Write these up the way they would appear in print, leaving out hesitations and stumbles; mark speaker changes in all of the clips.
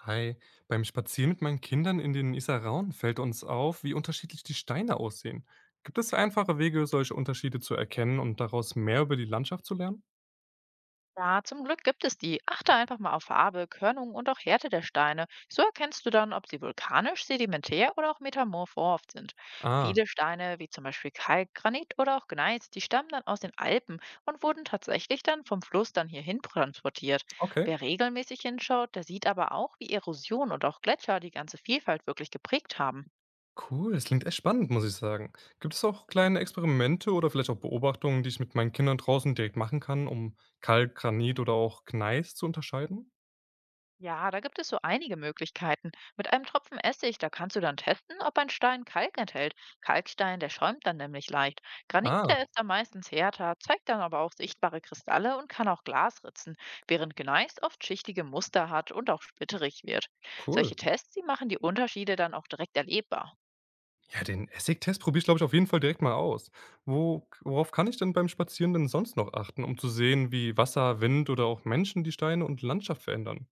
Speaker 1: Hi, beim Spazieren mit meinen Kindern in den Isarauen fällt uns auf, wie unterschiedlich die Steine aussehen. Gibt es einfache Wege, solche Unterschiede zu erkennen und daraus mehr über die Landschaft zu lernen?
Speaker 2: Ja, zum Glück gibt es die. Achte einfach mal auf Farbe, Körnung und auch Härte der Steine. So erkennst du dann, ob sie vulkanisch, sedimentär oder auch metamorph sind.
Speaker 1: Ah,
Speaker 2: Viele Steine, wie zum Beispiel Kalk, Granit oder auch Gneis, die stammen dann aus den Alpen und wurden tatsächlich dann vom Fluss dann hierhin transportiert.
Speaker 1: okay.
Speaker 2: Wer regelmäßig hinschaut, der sieht aber auch, wie Erosion und auch Gletscher die ganze Vielfalt wirklich geprägt haben.
Speaker 1: Cool, das klingt echt spannend, muss ich sagen. Gibt es auch kleine Experimente oder vielleicht auch Beobachtungen, die ich mit meinen Kindern draußen direkt machen kann, um Kalk, Granit oder auch Gneis zu unterscheiden?
Speaker 2: Ja, da gibt es so einige Möglichkeiten. Mit einem Tropfen Essig, da kannst du dann testen, ob ein Stein Kalk enthält. Kalkstein, der schäumt dann nämlich leicht. Granit,
Speaker 1: Ah,
Speaker 2: der ist dann meistens härter, zeigt dann aber auch sichtbare Kristalle und kann auch Glas ritzen, während Gneis oft schichtige Muster hat und auch splitterig wird.
Speaker 1: cool.
Speaker 2: Solche Tests, die machen die Unterschiede dann auch direkt erlebbar.
Speaker 1: Ja, den Essigtest probiere ich, glaube ich, auf jeden Fall direkt mal aus. Wo, worauf kann ich denn beim Spazieren denn sonst noch achten, um zu sehen, wie Wasser, Wind oder auch Menschen die Steine und Landschaft verändern?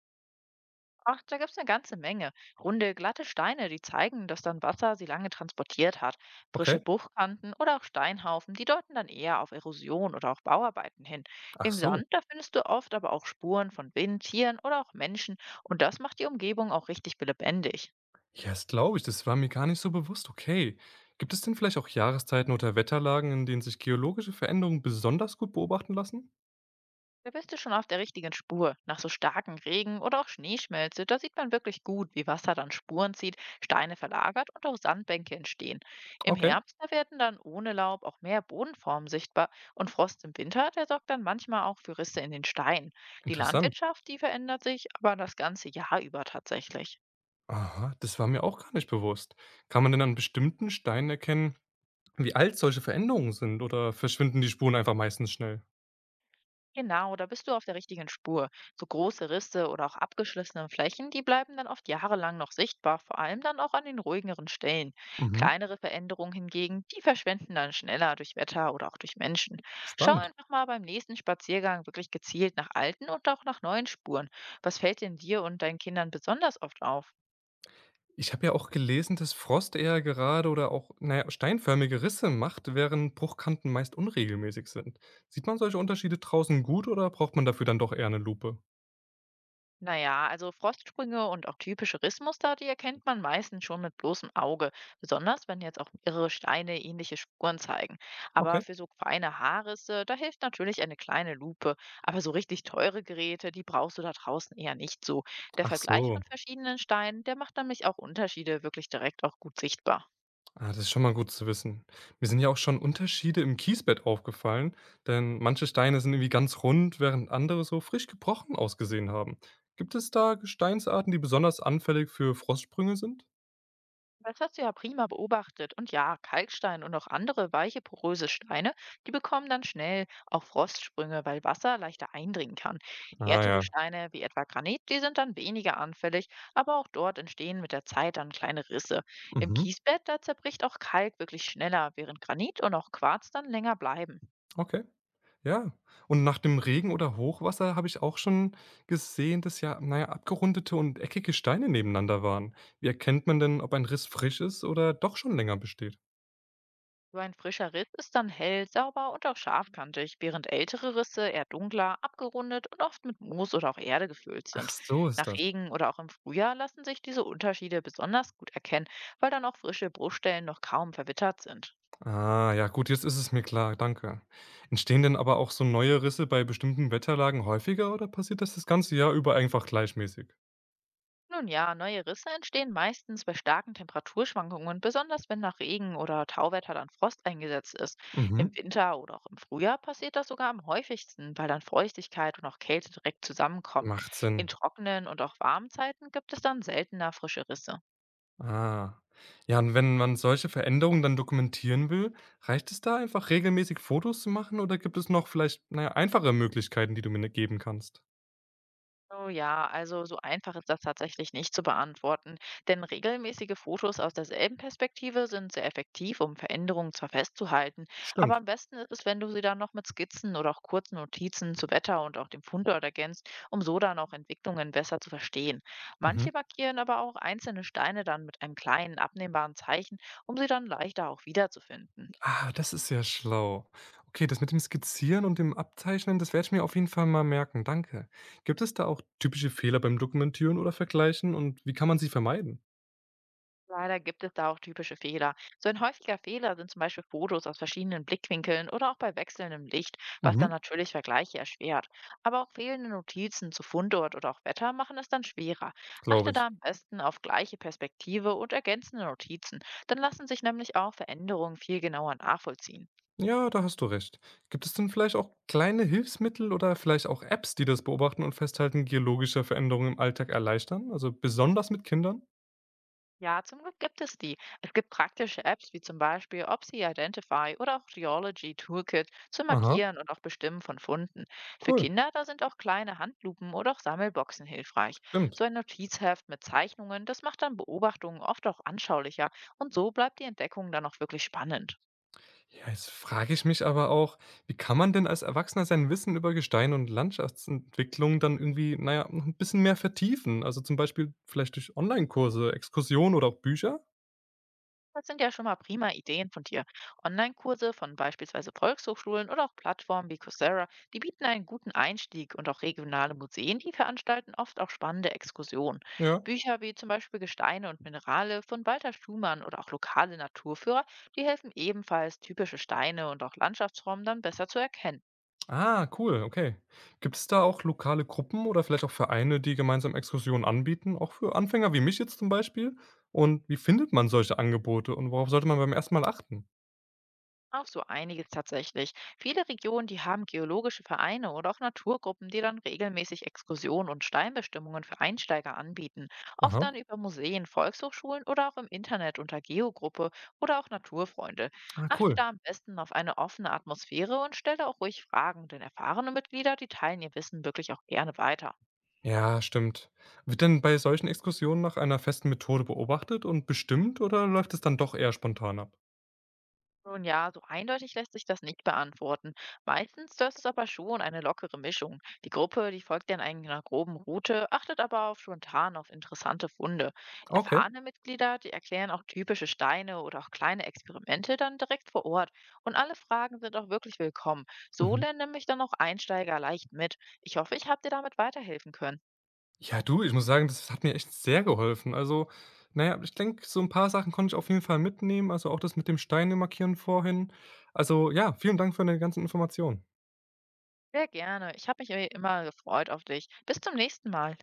Speaker 2: Ach, da gibt's eine ganze Menge. Runde, glatte Steine, die zeigen, dass dann Wasser sie lange transportiert hat. Frische
Speaker 1: Okay.
Speaker 2: Buchkanten oder auch Steinhaufen, die deuten dann eher auf Erosion oder auch Bauarbeiten hin.
Speaker 1: Ach
Speaker 2: Im
Speaker 1: so.
Speaker 2: Sand, da findest du oft aber auch Spuren von Wind, Tieren oder auch Menschen und das macht die Umgebung auch richtig lebendig.
Speaker 1: Ja, das glaube ich. Das war mir gar nicht so bewusst. Okay. Gibt es denn vielleicht auch Jahreszeiten oder Wetterlagen, in denen sich geologische Veränderungen besonders gut beobachten lassen?
Speaker 2: Da bist du schon auf der richtigen Spur. Nach so starken Regen oder auch Schneeschmelze, da sieht man wirklich gut, wie Wasser dann Spuren zieht, Steine verlagert und auch Sandbänke entstehen. Im
Speaker 1: Okay.
Speaker 2: Herbst, da werden dann ohne Laub auch mehr Bodenformen sichtbar und Frost im Winter, der sorgt dann manchmal auch für Risse in den Steinen. Die
Speaker 1: Interessant.
Speaker 2: Landwirtschaft, die verändert sich aber das ganze Jahr über tatsächlich.
Speaker 1: Aha, das war mir auch gar nicht bewusst. Kann man denn an bestimmten Steinen erkennen, wie alt solche Veränderungen sind oder verschwinden die Spuren einfach meistens schnell?
Speaker 2: Genau, da bist du auf der richtigen Spur. So große Risse oder auch abgeschlissene Flächen, die bleiben dann oft jahrelang noch sichtbar, vor allem dann auch an den ruhigeren Stellen.
Speaker 1: Mhm.
Speaker 2: Kleinere Veränderungen hingegen, die verschwinden dann schneller durch Wetter oder auch durch Menschen. Schau
Speaker 1: Spannend.
Speaker 2: einfach mal beim nächsten Spaziergang wirklich gezielt nach alten und auch nach neuen Spuren. Was fällt denn dir und deinen Kindern besonders oft auf?
Speaker 1: Ich habe ja auch gelesen, dass Frost eher gerade oder auch, na ja, steinförmige Risse macht, während Bruchkanten meist unregelmäßig sind. Sieht man solche Unterschiede draußen gut oder braucht man dafür dann doch eher eine Lupe?
Speaker 2: Naja, also Frostsprünge und auch typische Rissmuster, die erkennt man meistens schon mit bloßem Auge, besonders wenn jetzt auch mehrere Steine ähnliche Spuren zeigen. Aber
Speaker 1: Okay.
Speaker 2: für so feine Haarrisse, da hilft natürlich eine kleine Lupe. Aber so richtig teure Geräte, die brauchst du da draußen eher nicht so. Der
Speaker 1: Ach
Speaker 2: Vergleich
Speaker 1: so.
Speaker 2: von verschiedenen Steinen, der macht nämlich auch Unterschiede wirklich direkt auch gut sichtbar.
Speaker 1: Ah, das ist schon mal gut zu wissen. Mir sind ja auch schon Unterschiede im Kiesbett aufgefallen, denn manche Steine sind irgendwie ganz rund, während andere so frisch gebrochen ausgesehen haben. Gibt es da Gesteinsarten, die besonders anfällig für Frostsprünge sind?
Speaker 2: Das hast du ja prima beobachtet. Und ja, Kalkstein und auch andere weiche, poröse Steine, die bekommen dann schnell auch Frostsprünge, weil Wasser leichter eindringen kann.
Speaker 1: Ah
Speaker 2: Härtere
Speaker 1: ja.
Speaker 2: Steine wie etwa Granit, die sind dann weniger anfällig, aber auch dort entstehen mit der Zeit dann kleine Risse. Im
Speaker 1: Mhm.
Speaker 2: Kiesbett, da zerbricht auch Kalk wirklich schneller, während Granit und auch Quarz dann länger bleiben.
Speaker 1: Okay. Ja, und nach dem Regen oder Hochwasser habe ich auch schon gesehen, dass ja, naja, abgerundete und eckige Steine nebeneinander waren. Wie erkennt man denn, ob ein Riss frisch ist oder doch schon länger besteht?
Speaker 2: So ein frischer Riss ist dann hell, sauber und auch scharfkantig, während ältere Risse eher dunkler, abgerundet und oft mit Moos oder auch Erde gefüllt
Speaker 1: Ach,
Speaker 2: sind.
Speaker 1: so ist
Speaker 2: Nach
Speaker 1: das.
Speaker 2: Regen oder auch im Frühjahr lassen sich diese Unterschiede besonders gut erkennen, weil dann auch frische Bruchstellen noch kaum verwittert sind.
Speaker 1: Ah, ja, gut, jetzt ist es mir klar, danke. Entstehen denn aber auch so neue Risse bei bestimmten Wetterlagen häufiger oder passiert das ganze Jahr über einfach gleichmäßig?
Speaker 2: Nun ja, neue Risse entstehen meistens bei starken Temperaturschwankungen, besonders wenn nach Regen oder Tauwetter dann Frost eingesetzt ist. Im
Speaker 1: Mhm,
Speaker 2: Winter oder auch im Frühjahr passiert das sogar am häufigsten, weil dann Feuchtigkeit und auch Kälte direkt zusammenkommen.
Speaker 1: macht
Speaker 2: In
Speaker 1: Sinn.
Speaker 2: trockenen und auch warmen Zeiten gibt es dann seltener frische Risse.
Speaker 1: Ah. Ja, und wenn man solche Veränderungen dann dokumentieren will, reicht es da einfach regelmäßig Fotos zu machen oder gibt es noch vielleicht, naja ja, einfache Möglichkeiten, die du mir ne, geben kannst?
Speaker 2: Oh ja, also so einfach ist das tatsächlich nicht zu beantworten, denn regelmäßige Fotos aus derselben Perspektive sind sehr effektiv, um Veränderungen zwar festzuhalten, aber
Speaker 1: Stimmt.
Speaker 2: am besten ist es, wenn du sie dann noch mit Skizzen oder auch kurzen Notizen zu Wetter und auch dem Fundort ergänzt, um so dann auch Entwicklungen besser zu verstehen.
Speaker 1: Mhm.
Speaker 2: Manche markieren aber auch einzelne Steine dann mit einem kleinen, abnehmbaren Zeichen, um sie dann leichter auch wiederzufinden.
Speaker 1: Ah, das ist ja schlau. Okay, das mit dem Skizzieren und dem Abzeichnen, das werde ich mir auf jeden Fall mal merken. Danke. Gibt es da auch typische Fehler beim Dokumentieren oder Vergleichen und wie kann man sie vermeiden?
Speaker 2: Leider gibt es da auch typische Fehler. So ein häufiger Fehler sind zum Beispiel Fotos aus verschiedenen Blickwinkeln oder auch bei wechselndem Licht, was
Speaker 1: Mhm.
Speaker 2: dann natürlich Vergleiche erschwert. Aber auch fehlende Notizen zu Fundort oder auch Wetter machen es dann schwerer.
Speaker 1: Glaube
Speaker 2: Achte
Speaker 1: ich.
Speaker 2: da am besten auf gleiche Perspektive und ergänzende Notizen. Dann lassen sich nämlich auch Veränderungen viel genauer nachvollziehen.
Speaker 1: Ja, da hast du recht. Gibt es denn vielleicht auch kleine Hilfsmittel oder vielleicht auch Apps, die das Beobachten und Festhalten geologischer Veränderungen im Alltag erleichtern? Also besonders mit Kindern?
Speaker 2: Ja, zum Glück gibt es die. Es gibt praktische Apps wie zum Beispiel Opsi Identify oder auch Rheology Toolkit zum
Speaker 1: Aha,
Speaker 2: Markieren und auch Bestimmen von Funden. Für
Speaker 1: cool,
Speaker 2: Kinder, da sind auch kleine Handlupen oder auch Sammelboxen hilfreich.
Speaker 1: stimmt.
Speaker 2: So ein Notizheft mit Zeichnungen, das macht dann Beobachtungen oft auch anschaulicher und so bleibt die Entdeckung dann auch wirklich spannend.
Speaker 1: Ja, jetzt frage ich mich aber auch, wie kann man denn als Erwachsener sein Wissen über Gestein und Landschaftsentwicklung dann irgendwie, naja, noch ein bisschen mehr vertiefen? Also zum Beispiel vielleicht durch Online-Kurse, Exkursionen oder auch Bücher?
Speaker 2: Das sind ja schon mal prima Ideen von dir. Online-Kurse von beispielsweise Volkshochschulen oder auch Plattformen wie Coursera, die bieten einen guten Einstieg und auch regionale Museen, die veranstalten oft auch spannende Exkursionen.
Speaker 1: Ja.
Speaker 2: Bücher wie zum Beispiel Gesteine und Minerale von Walter Schumann oder auch lokale Naturführer, die helfen ebenfalls, typische Steine und auch Landschaftsformen dann besser zu erkennen.
Speaker 1: Ah, cool, okay. Gibt es da auch lokale Gruppen oder vielleicht auch Vereine, die gemeinsam Exkursionen anbieten, auch für Anfänger wie mich jetzt zum Beispiel? Und wie findet man solche Angebote und worauf sollte man beim ersten Mal achten?
Speaker 2: Auch so einiges tatsächlich. Viele Regionen, die haben geologische Vereine oder auch Naturgruppen, die dann regelmäßig Exkursionen und Steinbestimmungen für Einsteiger anbieten. Oft dann
Speaker 1: Aha.
Speaker 2: über Museen, Volkshochschulen oder auch im Internet unter Geogruppe oder auch Naturfreunde.
Speaker 1: Ah,
Speaker 2: Achte
Speaker 1: cool.
Speaker 2: da am besten auf eine offene Atmosphäre und stelle auch ruhig Fragen, denn erfahrene Mitglieder, die teilen ihr Wissen wirklich auch gerne weiter.
Speaker 1: Ja, stimmt. Wird denn bei solchen Exkursionen nach einer festen Methode beobachtet und bestimmt oder läuft es dann doch eher spontan ab?
Speaker 2: Nun ja, so eindeutig lässt sich das nicht beantworten. Meistens das ist aber schon eine lockere Mischung. Die Gruppe, die folgt dann einer groben Route, achtet aber auf spontan auf interessante Funde.
Speaker 1: Okay.
Speaker 2: Erfahrene Mitglieder, die erklären auch typische Steine oder auch kleine Experimente dann direkt vor Ort. Und alle Fragen sind auch wirklich willkommen. So
Speaker 1: Mhm.
Speaker 2: lernen nämlich dann auch Einsteiger leicht mit. Ich hoffe, ich habe dir damit weiterhelfen können.
Speaker 1: Ja, du, ich muss sagen, das hat mir echt sehr geholfen. Also, naja, ich denke, so ein paar Sachen konnte ich auf jeden Fall mitnehmen, also, auch das mit dem Steine markieren vorhin. Also, ja, vielen Dank für deine ganzen Informationen.
Speaker 2: Sehr gerne. Ich habe mich eh immer gefreut auf dich. Bis zum nächsten Mal.